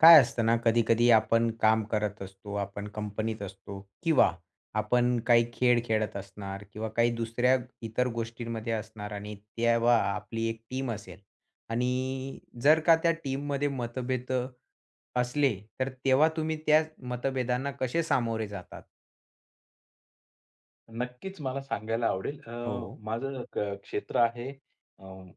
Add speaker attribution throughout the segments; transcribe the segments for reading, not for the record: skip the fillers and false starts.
Speaker 1: काय असतं ना, कधी-कधी आपण काम करत असतो, आपण कंपनीत असतो किंवा आपण काही खेळ खेळत असणार किंवा काही दुसऱ्या इतर गोष्टींमध्ये असणार आणि तेव्हा आपली एक टीम असेल आणि जर का त्या टीममध्ये मतभेद असले, तर तेव्हा तुम्ही त्या मतभेदांना कसे सामोरे जातात?
Speaker 2: नक्कीच मला सांगायला आवडेल.
Speaker 1: हो.
Speaker 2: माझं क्षेत्र आहे अं,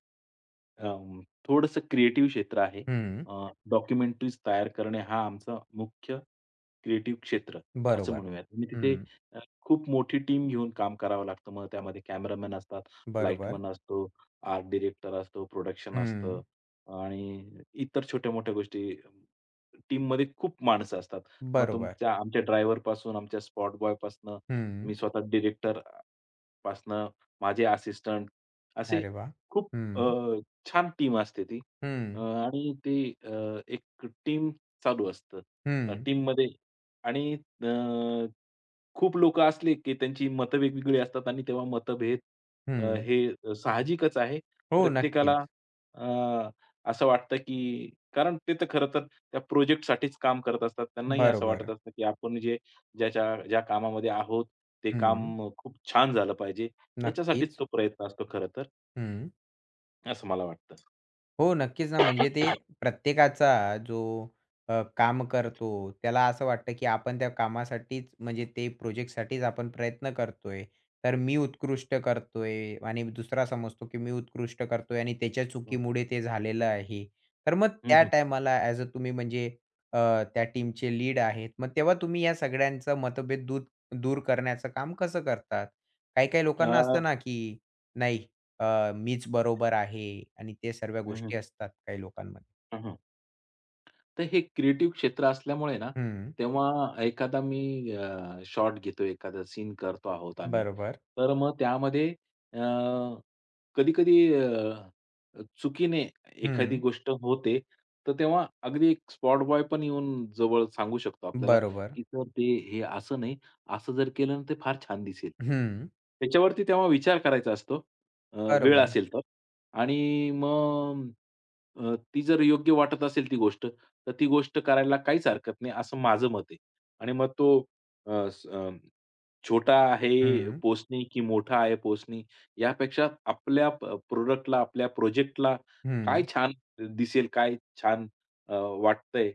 Speaker 2: अं, थोडंसं क्रिएटिव्ह क्षेत्र आहे.
Speaker 1: हं.
Speaker 2: अच्छा. डॉक्युमेंटरीज तयार करणे हा आमचा मुख्य क्रिएटिव्ह क्षेत्र असं
Speaker 1: बरोबर.
Speaker 2: म्हणूयात. आणि तिथे
Speaker 1: हं.
Speaker 2: अ, खूप मोठी टीम घेऊन काम करावं लागतं. मग त्यामध्ये कॅमेरामन असतात,
Speaker 1: बरोबर.
Speaker 2: लाईटमन असतो, आर्ट डायरेक्टर असतो, प्रोडक्शन असतं
Speaker 1: हं.
Speaker 2: आणि इतर छोट्या-मोठ्या गोष्टी. टीममध्ये खूप माणसं असतात. मग
Speaker 1: बरोबर.
Speaker 2: तुमच्या आमच्या ड्रायव्हरपासून, आमच्या स्पॉट बॉयपासून
Speaker 1: हं.
Speaker 2: मी स्वतः डिरेक्टर पासनं माझे असिस्टंट असे
Speaker 1: अरे वाह!
Speaker 2: खूप
Speaker 1: हं.
Speaker 2: छान टीम असते ती.
Speaker 1: हं.
Speaker 2: आणि ते एक टीम चालू असतं.
Speaker 1: हं.
Speaker 2: टीममध्ये आणि अ, खूप लोकं असले की त्यांची मतं वेगवेगळी असतात आणि तेव्हा मतभेद
Speaker 1: हं.
Speaker 2: हे साहजिकच आहे.
Speaker 1: हो, नक्कीच.
Speaker 2: प्रत्येकाला अ, असं वाटतं की कारण ते तर खरं तर त्या प्रोजेक्टसाठीच काम करत असतात. त्यांनाही असं
Speaker 1: बरोबर.
Speaker 2: वाटत असतं की आपण जे ज्याच्या ज्या कामामध्ये आहोत, ते
Speaker 1: हं.
Speaker 2: काम खूप छान झालं पाहिजे. याच्यासाठीच
Speaker 1: नक्कीच.
Speaker 2: तो प्रयत्न असतो खरं तर,
Speaker 1: हं.
Speaker 2: असं मला वाटतं.
Speaker 1: हो, नक्कीच ना, म्हणजे ते प्रत्येकाचा जो काम करतो, त्याला असं वाटतं, की आपण त्या कामासाठीच म्हणजे ते प्रोजेक्टसाठीच आपण प्रयत्न करतोय. तर मी उत्कृष्ट करतोय आणि दुसरा समजतो, की मी उत्कृष्ट करतोय आणि त्याच्या
Speaker 2: हो.
Speaker 1: चुकीमुळे ते झालेलं आहे. तर मग
Speaker 2: हं,
Speaker 1: त्या
Speaker 2: हं.
Speaker 1: टायमाला ॲज अ तुम्ही म्हणजे अ, त्या टीमचे लीड आहेत. मग तेव्हा तुम्ही या सगळ्यांचं मतभेद दूर दूर करण्याचं काम कसं करतात? काही-काही लोकांना
Speaker 2: अ,
Speaker 1: असतं ना, की नाही मीच बरोबर आहे आणि ते सर्व
Speaker 2: हं, हं.
Speaker 1: गोष्टी असतात काही लोकांमध्ये.
Speaker 2: हं, हं. तर हे क्रिएटिव्ह क्षेत्र असल्यामुळे ना,
Speaker 1: हं.
Speaker 2: तेव्हा एखादा मी शॉट घेतो, एखादा सीन करतो आहोत आम्ही.
Speaker 1: बरोबर.
Speaker 2: तर मग त्यामध्ये अ, कधी-कधी चुकीने एखादी
Speaker 1: हं.
Speaker 2: गोष्ट होते, तर तेव्हा अगदी एक स्पॉट बॉय पण येऊन जवळ सांगू शकतो आपल्याला,
Speaker 1: बरोबर.
Speaker 2: की "सर ते हे असं नाही, असं जर केलं ना, ते फार छान दिसेल."
Speaker 1: हं.
Speaker 2: त्याच्यावरती तेव्हा विचार करायचा असतो, वेळ
Speaker 1: बरोबर.
Speaker 2: असेल तर. आणि मग ती जर योग्य वाटत असेल ती गोष्ट, तर ती गोष्ट करायला काहीच हरकत नाही, असं माझं मत आहे. आणि मग तो अ, स अ, छोटा आहे
Speaker 1: हं.
Speaker 2: पोसनी की मोठा आहे पोसनी, यापेक्षा आपल्या प आपल्या प्रोजेक्टला काय
Speaker 1: हं.
Speaker 2: छान दिसेल, काय छान अ, वाटतंय,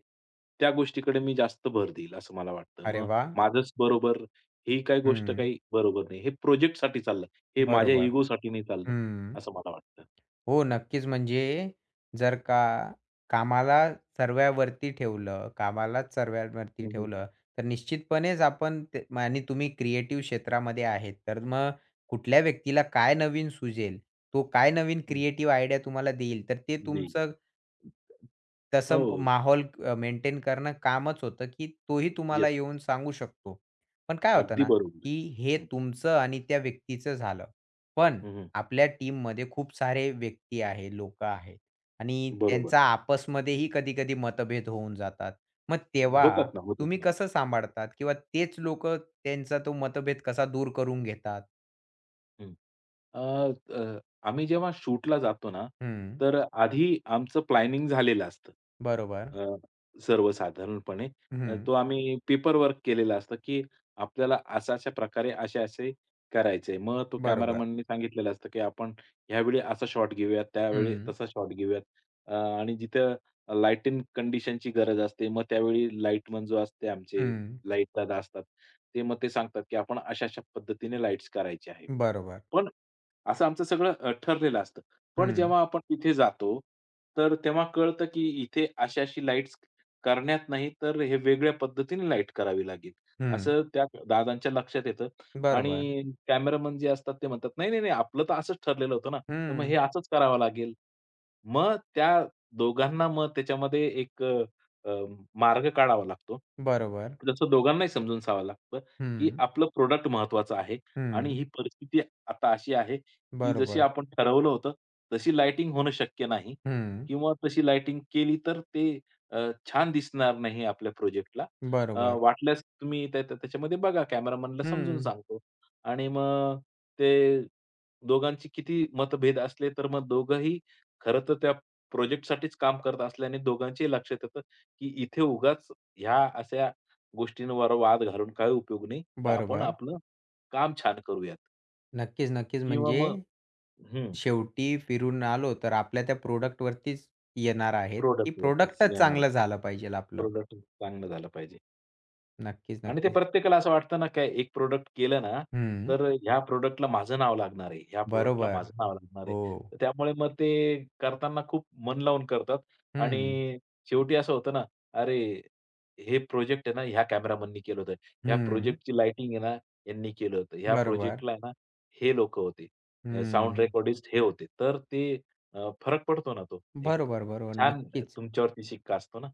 Speaker 2: त्या गोष्टीकडे मी जास्त भर देईल, असं मला वाटतं.
Speaker 1: अरे
Speaker 2: मग
Speaker 1: वाह!
Speaker 2: माझंच बरोबर ही काही गोष्ट
Speaker 1: हं.
Speaker 2: काही बरोबर नाही. हे प्रोजेक्ट प्रोजेक्टसाठी चाललं. हे माझ्या
Speaker 1: बरोबर.
Speaker 2: इगोसाठी नाही चाललं,
Speaker 1: हं.
Speaker 2: असं मला वाटतं.
Speaker 1: हो, नक्कीच. म्हणजे जर का कामाला सर्व्यावरती ठेवलं, कामालाच सर्व्यावरती
Speaker 2: हं, हं.
Speaker 1: ठेवलं, तर निश्चितपणेच आपण ते म आणि तुम्ही क्रिएटिव्ह क्षेत्रामध्ये आहेत, तर मग कुठल्या व्यक्तीला काय नवीन सुचेल, तो काय नवीन
Speaker 2: हं.
Speaker 1: क्रिएटिव्ह आयडिया तुम्हाला देईल, तर ते
Speaker 2: जी.
Speaker 1: तुमचं
Speaker 2: हो.
Speaker 1: तसं माहौल मेंटेन करणं कामच होतं, की तोही तुम्हाला
Speaker 2: येस.
Speaker 1: येऊन सांगू शकतो. पण काय होतं
Speaker 2: अगदी
Speaker 1: ना,
Speaker 2: बरोबर आहे.
Speaker 1: की हे तुमचं आणि त्या व्यक्तीचं झालं. पण
Speaker 2: हं, हं.
Speaker 1: आपल्या टीममध्ये खूप सारे व्यक्ती आहे, लोकं आहेत आणि
Speaker 2: बरोबर.
Speaker 1: त्यांचा आपसमध्येही कधी-कधी मतभेद होऊन जातात. मग तेव्हा
Speaker 2: होतात ना, होतात
Speaker 1: तुम्ही
Speaker 2: ना.
Speaker 1: कसं सांभाळतात किंवा तेच लोक त्यांचा तो मतभेद कसा दूर करून घेतात?
Speaker 2: हं. अ, अ, आम्ही जेव्हा शूटला जातो ना,
Speaker 1: हं,
Speaker 2: तर आधी आमचं प्लॅनिंग झालेलं असतं.
Speaker 1: बरोबर.
Speaker 2: अ, सर्वसाधारणपणे
Speaker 1: हं,
Speaker 2: तो आम्ही पेपर वर्क केलेलं असतं, की आपल्याला अशा-अशा प्रकारे असे-असे करायचंय. मग तो
Speaker 1: बरोबर.
Speaker 2: कॅमेरामननी सांगितलेलं असतं, की आपण ह्यावेळी असा शॉट घेऊयात, त्यावेळी
Speaker 1: हं,
Speaker 2: तसा शॉट घेऊयात. अ, आणि जिथं लाईटिंग कंडिशनची गरज असते, मग त्यावेळी लाईटमन जो असते आमचे,
Speaker 1: हं,
Speaker 2: लाईट दादा असतात. ते मग ते सांगतात, की आपण अशा-अशा पद्धतीने लाईट्स करायची आहे.
Speaker 1: बरोबर.
Speaker 2: पण असं आमचं सगळं ठरलेलं असतं. पण
Speaker 1: हं,
Speaker 2: जेव्हा आपण तिथे जातो, तर तेव्हा कळतं, की इथे अशी-अशी लाईट्स करण्यात नाही, तर हे वेगळ्या पद्धतीने लाईट करावी लागेल.
Speaker 1: हं,
Speaker 2: असं त्या दादांच्या लक्षात येतं
Speaker 1: बरोबर.
Speaker 2: आणि कॅमेरामन जे असतात ते म्हणतात, "नाही, नाही, नाही, आपलं तर असंच ठरलेलं होतं ना, तर मग हे
Speaker 1: हं,
Speaker 2: असंच करावं लागेल." मग त्या दोघांना मग त्याच्यामध्ये एक अ, अ, मार्ग काढावा लागतो.
Speaker 1: बरोबर.
Speaker 2: जसं दोघांनाही समजून सावा लागतं. की
Speaker 1: हं,
Speaker 2: आपलं प्रोड़क्ट महत्वाचं आहे आणि
Speaker 1: हं,
Speaker 2: ही परिस्थिती आता अशी आहे, की जशी
Speaker 1: बरोबर.
Speaker 2: आपण ठरवलं होतं, तशी लाइटिंग होणं शक्य नाही
Speaker 1: हं,
Speaker 2: किंवा तशी लाइटिंग केली तर ते अ, छान दिसणार नाही आपल्या प्रोजेक्टला.
Speaker 1: बरोबर.
Speaker 2: वाटल्यास तुम्ही त्या त्या- त्याच्यामध्ये बघा कॅमेरामनला समजून
Speaker 1: हं,
Speaker 2: सांगतो आणि मग ते दोघांची किती मतभेद असले, तर मग दोघंही खरं तर त्या प्रोजेक्टसाठीच काम करत असल्याने दोघांच्याही लक्षात येतं, की इथे उगाच ह्या अशा गोष्टींवर वाद घालून काही उपयोग नाही. तर आपण
Speaker 1: बरोबर.
Speaker 2: आपलं काम छान करूयात
Speaker 1: नक्कीच, नक्कीच.
Speaker 2: किंवा
Speaker 1: म्हणजे
Speaker 2: मग हं,
Speaker 1: शेवटी फिरून आलो, तर आपल्या त्या प्रॉडक्टवरतीच येणार आहेत, की
Speaker 2: प्रॉडक्टवरती
Speaker 1: प्रॉडक्टच
Speaker 2: येणार आहे.
Speaker 1: चांगलं झालं पाहिजे आपलं.
Speaker 2: प्रॉडक्ट चांगलं झालं पाहिजे.
Speaker 1: नक्कीच,
Speaker 2: आणि ते
Speaker 1: नक्कीच.
Speaker 2: प्रत्येकाला असं वाटतं ना, काय एक प्रॉडक्ट केलं ना,
Speaker 1: हं.
Speaker 2: तर ह्या प्रॉडक्टला माझं नाव लागणार आहे, ह्या प्रॉडक्टला
Speaker 1: बरोबर.
Speaker 2: माझं नाव लागणार आहे.
Speaker 1: हो.
Speaker 2: तर त्यामुळे मग ते करताना खूप मन लावून करतात
Speaker 1: हं.
Speaker 2: आणि शेवटी असं होतं ना, अरे हे प्रोजेक्ट आहे ना, ह्या कॅमेरामननी केलं होतं. ह्या
Speaker 1: हं.
Speaker 2: प्रोजेक्टची लाइटिंग आहे ना, यांनी केलं होतं. ह्या
Speaker 1: बरोबर.
Speaker 2: प्रोजेक्टला ना, हे लोकं होते. अ,
Speaker 1: हं.
Speaker 2: रेकॉर्डिस्ट हे होते. तर ते फरक पडतो ना तो एक
Speaker 1: बरोबर, बरोबर.
Speaker 2: छान
Speaker 1: नक्कीच.
Speaker 2: तुमच्यावरती शिक्का असतो ना.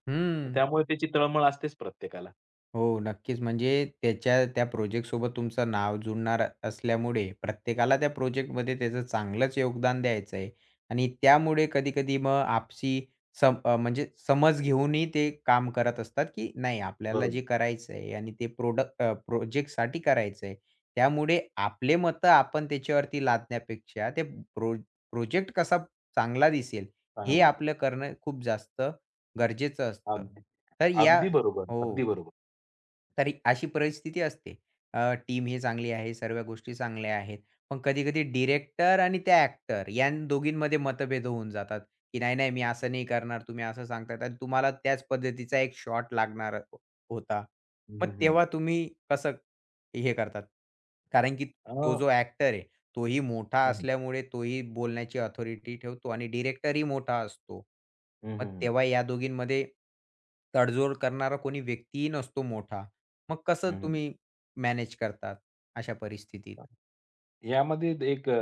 Speaker 2: तर
Speaker 1: हं.
Speaker 2: त्यामुळे त्याची तळमळ असतेच प्रत्येकाला.
Speaker 1: हो, नक्कीच. म्हणजे त्याच्या त्या प्रोजेक्टसोबत तुमचं नाव जुळणार असल्यामुळे प्रत्येकाला त्या प्रोजेक्टमध्ये त्याचं चांगलंच योगदान द्यायचं आहे आणि त्यामुळे कधी-कधी मग आपसी म्हणजे समज घेऊनही ते काम करत असतात, की नाही आपल्याला
Speaker 2: बरोबर.
Speaker 1: जे करायचं आहे आणि ते प्रोजेक्टसाठी करायचं आहे. त्यामुळे आपले मतं आपण त्याच्यावरती लादण्यापेक्षा ते प्रो प्रोजेक्ट कसा चांगला दिसेल, हे
Speaker 2: चांगलं होते.
Speaker 1: आपलं करणं खूप जास्त गरजेचं असतं.
Speaker 2: अगदी
Speaker 1: तर या
Speaker 2: अगदी बरोबर,
Speaker 1: हो.
Speaker 2: अगदी बरोबर.
Speaker 1: तर अशी परिस्थिती असते. टीम ही चांगली आहे, सर्व गोष्टी चांगल्या आहेत. पण कधी-कधी डिरेक्टर आणि त्या ॲक्टर या दोघींमध्ये मतभेद होऊन जातात, की नाही, नाही मी असं नाही करणार, तुम्ही असं सांगताय आणि तुम्हाला त्याच पद्धतीचा एक शॉट लागणार होता.
Speaker 2: हं,
Speaker 1: मग
Speaker 2: हं, हं.
Speaker 1: तेव्हा तुम्ही कसं हे करतात? कारण की
Speaker 2: अ,
Speaker 1: तो जो ॲक्टर आहे तोही मोठा
Speaker 2: हं, हं.
Speaker 1: असल्यामुळे तोही बोलण्याची अथॉरिटी ठेवतो आणि डायरेक्टरही मोठा असतो. मग
Speaker 2: हं,
Speaker 1: तेव्हा या दोघींमध्ये तडजोड करणारा कोणी व्यक्तीही नसतो मोठा. मग कसं तुम्ही मॅनेज करतात अशा परिस्थितीत?
Speaker 2: यामध्ये एक अ,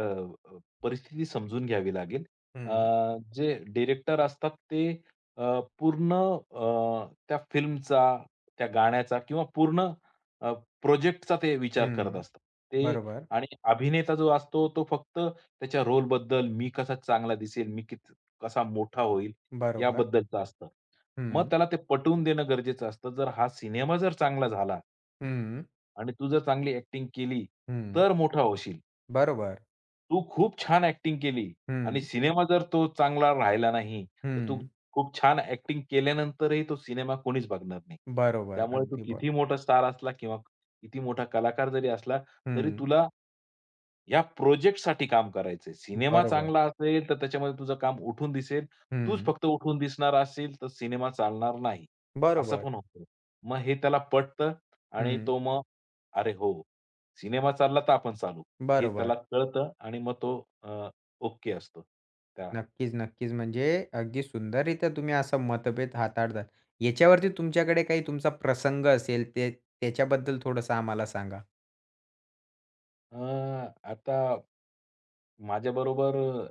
Speaker 2: अ, परिस्थिती समजून घ्यावी लागेल. अ,
Speaker 1: हं,
Speaker 2: जे डिरेक्टर असतात ते अ, पूर्ण त्या फिल्मचा, त्या गाण्याचा किंवा पूर्ण अ, प्रोजेक्टचा ते विचार करत
Speaker 1: हं.
Speaker 2: असतात. ते
Speaker 1: बरोबर,
Speaker 2: आणि अभिनेता जो असतो तो फक्त त्याच्या रोलबद्दल, मी कसा चांगला दिसेल, मी कसा मोठा होईल
Speaker 1: बरोबर.
Speaker 2: याबद्दलचं असतं. मग
Speaker 1: हं,
Speaker 2: त्याला ते पटवून देणं गरजेचं असतं. जर हा सिनेमा जर चांगला झाला
Speaker 1: हं,
Speaker 2: आणि तू जर चांगली ॲक्टिंग केली,
Speaker 1: हं.
Speaker 2: तर मोठा होशील.
Speaker 1: बरोबर.
Speaker 2: तू खूप छान ॲक्टिंग केली आणि
Speaker 1: हं,
Speaker 2: सिनेमा जर तो चांगला राहिला नाही, तर तू
Speaker 1: हं.
Speaker 2: खूप छान ॲक्टिंग केल्यानंतरही तो सिनेमा कोणीच बघणार नाही.
Speaker 1: बरोबर.
Speaker 2: त्यामुळे तू
Speaker 1: अगदी बरोबर.
Speaker 2: किती मोठा स्टार असला किंवा किती मोठा कलाकार जरी असला, तरी
Speaker 1: हं,
Speaker 2: तुला या प्रोजेक्टसाठी काम करायचंय. सिनेमा
Speaker 1: बरोबर.
Speaker 2: चांगला असेल, तर त्याच्यामध्ये तुझं काम उठून दिसेल. तूच
Speaker 1: हं,
Speaker 2: फक्त उठून दिसणार असेल, तर सिनेमा चालणार नाही. असं
Speaker 1: बरोबर.
Speaker 2: पण होतं. मग हे त्याला पटतं आणि
Speaker 1: हं,
Speaker 2: तो मग अरे हो, सिनेमा चालला तर आपण चालू. हे
Speaker 1: बरोबर.
Speaker 2: त्याला कळतं आणि मग तो अ, ओके असतो. त्या
Speaker 1: नक्कीच, नक्कीच. म्हणजे अगदी सुंदररीत्या तुम्ही असा मतभेद हाताळतात. याच्यावरती तुमच्याकडे काही तुमचा प्रसंग असेल ते त्याच्याबद्दल थोडंसं आम्हाला सांगा?
Speaker 2: आता माझ्याबरोबर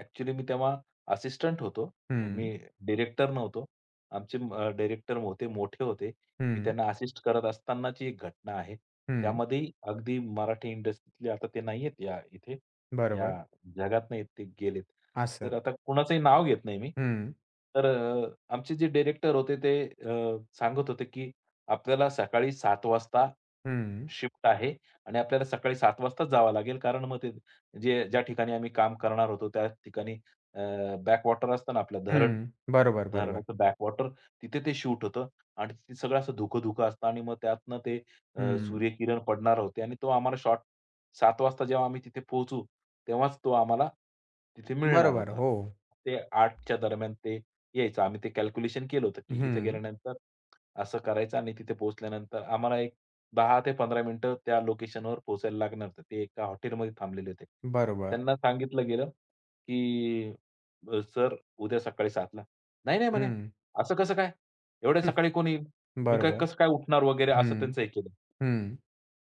Speaker 2: ॲक्चुअली मी तेव्हा असिस्टंट होतो. मी
Speaker 1: हं,
Speaker 2: डिरेक्टर नव्हतो. आमचे डिरेक्टर होते, मोठे होते. मी
Speaker 1: हं,
Speaker 2: त्यांना असिस्ट करत असतानाची एक घटना आहे.
Speaker 1: हं.
Speaker 2: त्यामध्येही अगदी मराठी इंडस्ट्रीतले आता ते नाहीयेत या इथे, या
Speaker 1: बरोबर.
Speaker 2: जगात नाहीयेत, ते गेलेत. तर
Speaker 1: असं.
Speaker 2: आता कुणाचंही नाव घेत नाही मी.
Speaker 1: हं,
Speaker 2: तर आमचे जे डिरेक्टर होते ते सांगत होते, की आपल्याला सकाळी 7:00 वाजता
Speaker 1: हं,
Speaker 2: शिफ्ट आहे आणि आपल्याला सकाळी 7:00 वाजताच जावं लागेल कारण मग ते जे ज्या ठिकाणी आम्ही काम करणार होतो त्या ठिकाणी बॅकवॉटर असतं ना आपलं
Speaker 1: हं.
Speaker 2: धरण,
Speaker 1: बरोबर, बरोबर.
Speaker 2: धरणाचं बॅकवॉटर तिथे ते शूट होतं आणि तिथे सगळं असं धुकं-धुकं असतं आणि मग त्यातनं ते
Speaker 1: हं.
Speaker 2: सूर्यकिरण पडणार होते आणि तो आम्हाला शॉट 7:00 वाजता जेव्हा आम्ही तिथे पोहोचू, तेव्हाच तो आम्हाला तिथे मिळणार
Speaker 1: बरोबर.
Speaker 2: होता.
Speaker 1: हो.
Speaker 2: ते 8:00च्या दरम्यान ते यायचं. आम्ही ते कॅल्क्युलेशन केलं होतं, की इथे
Speaker 1: हं.
Speaker 2: गेल्यानंतर असं करायचं आणि तिथे पोहोचल्यानंतर आम्हाला 10 ते 15 मिनिटं त्या लोकेशनवर पोहोचायला लागणार होतं. ते एका हॉटेलमध्ये थांबलेले होते.
Speaker 1: बरोबर.
Speaker 2: त्यांना सांगितलं गेलं, की "सर, उद्या सकाळी 7:00 ला." "नाही, नाही," म्हणे,
Speaker 1: हम्म.
Speaker 2: "असं कसं काय? एवढ्या
Speaker 1: हं.
Speaker 2: सकाळी कोण येईल? मी काय
Speaker 1: बरोबर.
Speaker 2: कसं काय उठणार?" वगैरे असं
Speaker 1: हं,
Speaker 2: त्यांचं हे केलं.
Speaker 1: हं,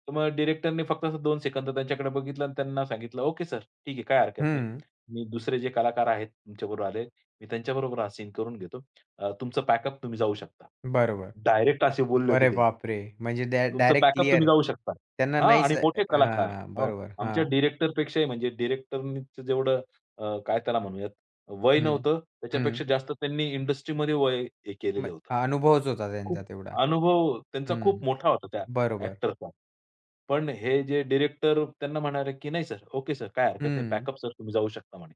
Speaker 2: तर मग डिरेक्टरनी फक्त असं 2 सेकंद त्यांच्याकडे बघितलं आणि त्यांना सांगितलं, "ओके सर, ठीक आहे, काय हरकत नाही.
Speaker 1: हं.
Speaker 2: मी दुसरे जे कलाकार आहेत तुमच्याबरोबर आले, मी त्यांच्याबरोबर हा सीन करून घेतो. तुमचं पॅकअप तुम्ही जाऊ शकता."
Speaker 1: बरोबर.
Speaker 2: डायरेक्ट असे बोलले होते
Speaker 1: अरे
Speaker 2: ते.
Speaker 1: बापरे! म्हणजे
Speaker 2: "तुमचं
Speaker 1: डायरेक्ट
Speaker 2: पॅकअप तुम्ही
Speaker 1: क्लिअर.
Speaker 2: जाऊ शकता."
Speaker 1: त्यांना
Speaker 2: हां,
Speaker 1: नाहीच
Speaker 2: आणि मोठे कलाकार.
Speaker 1: हां,
Speaker 2: हं,
Speaker 1: बरोबर.
Speaker 2: आमच्या
Speaker 1: हां.
Speaker 2: डिरेक्टरपेक्षाही म्हणजे डिरेक्टरनीच जेवढं काय त्याला म्हणूयात, वय
Speaker 1: हं,
Speaker 2: नव्हतं.
Speaker 1: हं.
Speaker 2: त्याच्यापेक्षा जास्त त्यांनी इंडस्ट्रीमध्ये वय हे
Speaker 1: म
Speaker 2: केलेलं होतं.
Speaker 1: अनुभवच होता त्यांचा
Speaker 2: खूप
Speaker 1: तेवढा.
Speaker 2: अनुभव त्यांचा
Speaker 1: हं,
Speaker 2: खूप मोठा होता त्या
Speaker 1: बरोबर.
Speaker 2: ॲक्टरचा. पण हे जे डिरेक्टर त्यांना म्हणाले, की "नाही सर, ओके सर, काय हरकत नाही.
Speaker 1: हं.
Speaker 2: पॅकअप सर तुम्ही जाऊ शकता" म्हणे.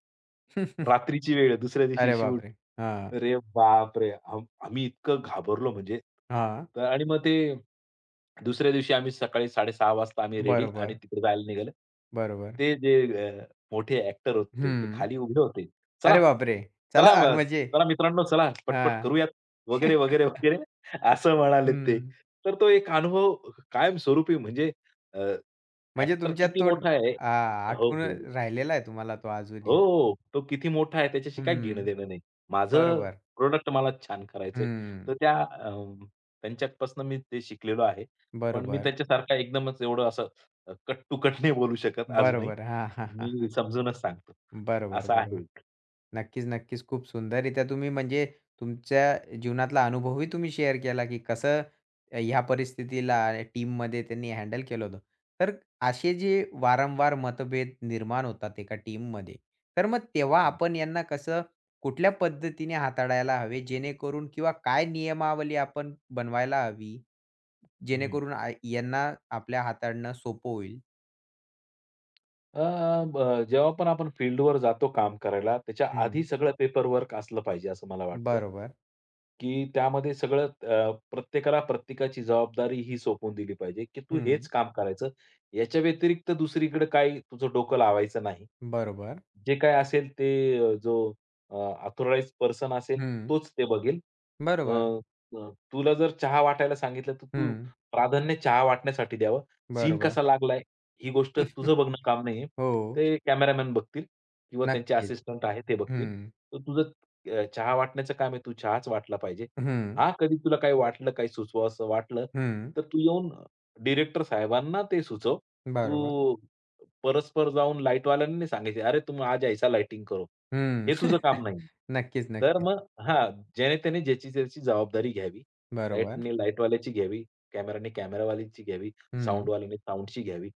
Speaker 2: रात्रीची वेळ आहे, दुसऱ्या दिवशी
Speaker 1: अरे
Speaker 2: शूट.
Speaker 1: बापरे! हां,
Speaker 2: अरे बापरे! आम्ही इतकं घाबरलो म्हणजे.
Speaker 1: हां.
Speaker 2: तर आणि मग ते दुसऱ्या दिवशी आम्ही सकाळी 6:30 वाजता आम्ही रेडी आणि
Speaker 1: बरोबर,
Speaker 2: तिकडे जायला निघालो.
Speaker 1: बरोबर.
Speaker 2: ते जे अ, मोठे ॲक्टर होते, ते
Speaker 1: हं.
Speaker 2: खाली उभे होते. "चला,
Speaker 1: अरे बापरे! चला
Speaker 2: चला म
Speaker 1: म्हणजे
Speaker 2: चला मित्रांनो, चला पटपट
Speaker 1: हां,
Speaker 2: करूयात" वगैरे, वगैरे, वगैरे असं म्हणाले ते.
Speaker 1: हं.
Speaker 2: तर तो एक अनुभव कायमस्वरूपी म्हणजे अ,
Speaker 1: म्हणजे
Speaker 2: ॲक्टर
Speaker 1: तुमच्यात
Speaker 2: किती
Speaker 1: तो ड-
Speaker 2: मोठा आहे
Speaker 1: आ
Speaker 2: हो,
Speaker 1: आठवून
Speaker 2: हो.
Speaker 1: राहिलेला आहे तुम्हाला तो अजूनही.
Speaker 2: हो. तो किती मोठा आहे त्याच्याशी काही
Speaker 1: हं,
Speaker 2: घेणं-देणं नाही. माझं
Speaker 1: बरोबर.
Speaker 2: प्रोड़क्ट मला छान करायचंय.
Speaker 1: हं,
Speaker 2: तर त्या त्यांच्यापासून मी ते शिकलेलो आहे. पण मी
Speaker 1: बरोबर,
Speaker 2: त्याच्यासारखा एकदमच एवढं असं कट टू कट नाही बोलू शकत अजूनही.
Speaker 1: बरोबर. हां, हां,
Speaker 2: मी
Speaker 1: हां.
Speaker 2: समजूनच सांगतो.
Speaker 1: बरोबर,
Speaker 2: असं
Speaker 1: बरोबर.
Speaker 2: आहे.
Speaker 1: नक्कीच, नक्कीच. खूप सुंदररीत्या तुम्ही म्हणजे तुमच्या जीवनातला अनुभवही तुम्ही शेअर केला, की कसं ह्या परिस्थितीला टीममध्ये त्यांनी हँडल केलं होतं. तर असे जे वारंवार मतभेद निर्माण होतात एका टीममध्ये, तर मग तेव्हा
Speaker 2: हं,
Speaker 1: आपण यांना कसं कुठल्या पद्धतीने हाताळायला हवे जेणेकरून किंवा काय नियमावली आपण बनवायला हवी,
Speaker 2: हं.
Speaker 1: जेणेकरून यांना आपल्या हाताळणं सोपं होईल?
Speaker 2: अ, ब जेव्हा पण आपण फील्डवर जातो काम करायला, त्याच्या आधी
Speaker 1: हं.
Speaker 2: सगळं पेपरवर्क असलं पाहिजे असं मला वाटतं,
Speaker 1: बरोबर.
Speaker 2: की त्यामध्ये सगळं प्रत्येकाला प्रत्येकाची जबाबदारी ही सोपवून दिली पाहिजे, की तू हेच
Speaker 1: हं.
Speaker 2: काम करायचं. याच्या व्यतिरिक्त दुसरीकडे काही तुझं डोकं लावायचं नाही.
Speaker 1: बरोबर.
Speaker 2: जे काय असेल ते जो अ, पर्सन असेल
Speaker 1: हं.
Speaker 2: तोच ते बघेल. अ,
Speaker 1: बरोबर.
Speaker 2: अ, तुला जर चहा वाटायला सांगितलं, तर तू
Speaker 1: हं.
Speaker 2: प्राधान्य चहा वाटण्यासाठी द्यावं. सीन
Speaker 1: बरोबर.
Speaker 2: कसा लागलाय ही गोष्ट तुझं बघणं काम नाहीये.
Speaker 1: हो,
Speaker 2: ते कॅमेरामॅन बघतील किंवा त्यांचे
Speaker 1: नक्कीच.
Speaker 2: असिस्टंट आहे ते बघतील.
Speaker 1: हं,
Speaker 2: तर तुझं चहा वाटण्याचं काम आहे. तू चहाच वाटला पाहिजे.
Speaker 1: हं,
Speaker 2: हां, कधी तुला काही वाटलं, काही सुचवावसं वाटलं,
Speaker 1: हं.
Speaker 2: तर तू येऊन डिरेक्टर साहेबांना ते सुचव.
Speaker 1: बरोबर.
Speaker 2: तू परस्पर जाऊन लाईटवाल्यांना नाही सांगायचे, "अरे तुम आज ऐसा लाइटिंग करो."
Speaker 1: हं.
Speaker 2: हे तुझं काम नाही.
Speaker 1: नक्कीच,
Speaker 2: तर
Speaker 1: नक्कीच.
Speaker 2: मग हां, जेणे-तेणे ज्याची-त्याची जबाबदारी घ्यावी.
Speaker 1: बरोबर.
Speaker 2: लाईटने लाईटवाल्याची घ्यावी, कॅमेराने कॅमेरावाल्याची घ्यावी,
Speaker 1: हं.
Speaker 2: साउंडवाल्याने साउंडची घ्यावी.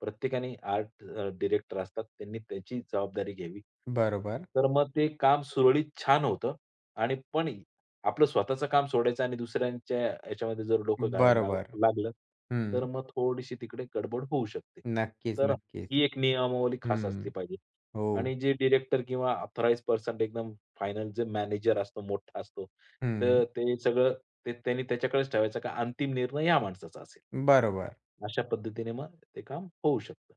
Speaker 2: प्रत्येकाने आर्ट डिरेक्टर असतात. त्यांनी त्याची जबाबदारी घ्यावी.
Speaker 1: बरोबर.
Speaker 2: तर मग ते काम सुरळीत छान होतं आणि पण आपलं स्वतःचं काम सोडायचं आणि दुसऱ्यांच्या याच्यामध्ये जर डोकं घालायला
Speaker 1: बरोबर.
Speaker 2: लागलं, तर
Speaker 1: हं.
Speaker 2: मग थोडीशी तिकडे गडबड होऊ शकते.
Speaker 1: नक्कीच,
Speaker 2: तर
Speaker 1: नक्कीच.
Speaker 2: ही एक नियमावली खास असली
Speaker 1: हं.
Speaker 2: पाहिजे.
Speaker 1: हो.
Speaker 2: आणि जे डिरेक्टर किंवा ऑथराइज्ड पर्सन एकदम फायनल जे मॅनेजर असतो, मोठा असतो.
Speaker 1: हं.
Speaker 2: तर ते सगळं ते त्यांनी त्याच्याकडेच ठेवायचं का अंतिम निर्णय ह्या माणसाचा असेल.
Speaker 1: बरोबर.
Speaker 2: अशा पद्धतीने मग ते काम होऊ शकतं.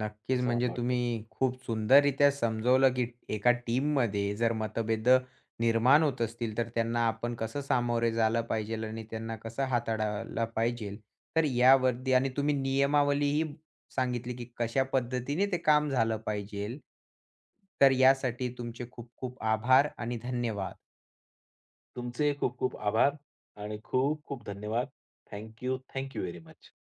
Speaker 1: नक्कीच.
Speaker 2: असं
Speaker 1: म्हणजे
Speaker 2: मला वाटतं.
Speaker 1: तुम्ही खूप सुंदररीत्या समजवलं, की एका टीममध्ये जर मतभेद निर्माण होत असतील, तर त्यांना आपण कसं सामोरे जायला पाहिजेल आणि त्यांना कसं हाताळायला पाहिजेल. तर यावरती आणि तुम्ही नियमावलीही सांगितली, की कशा पद्धतीने ते काम झालं पाहिजेल. तर यासाठी तुमचे खूप खूप आभार आणि धन्यवाद.
Speaker 2: तुमचे खूप खूप आभार आणि खूप खूप धन्यवाद. Thank you, thank you very much.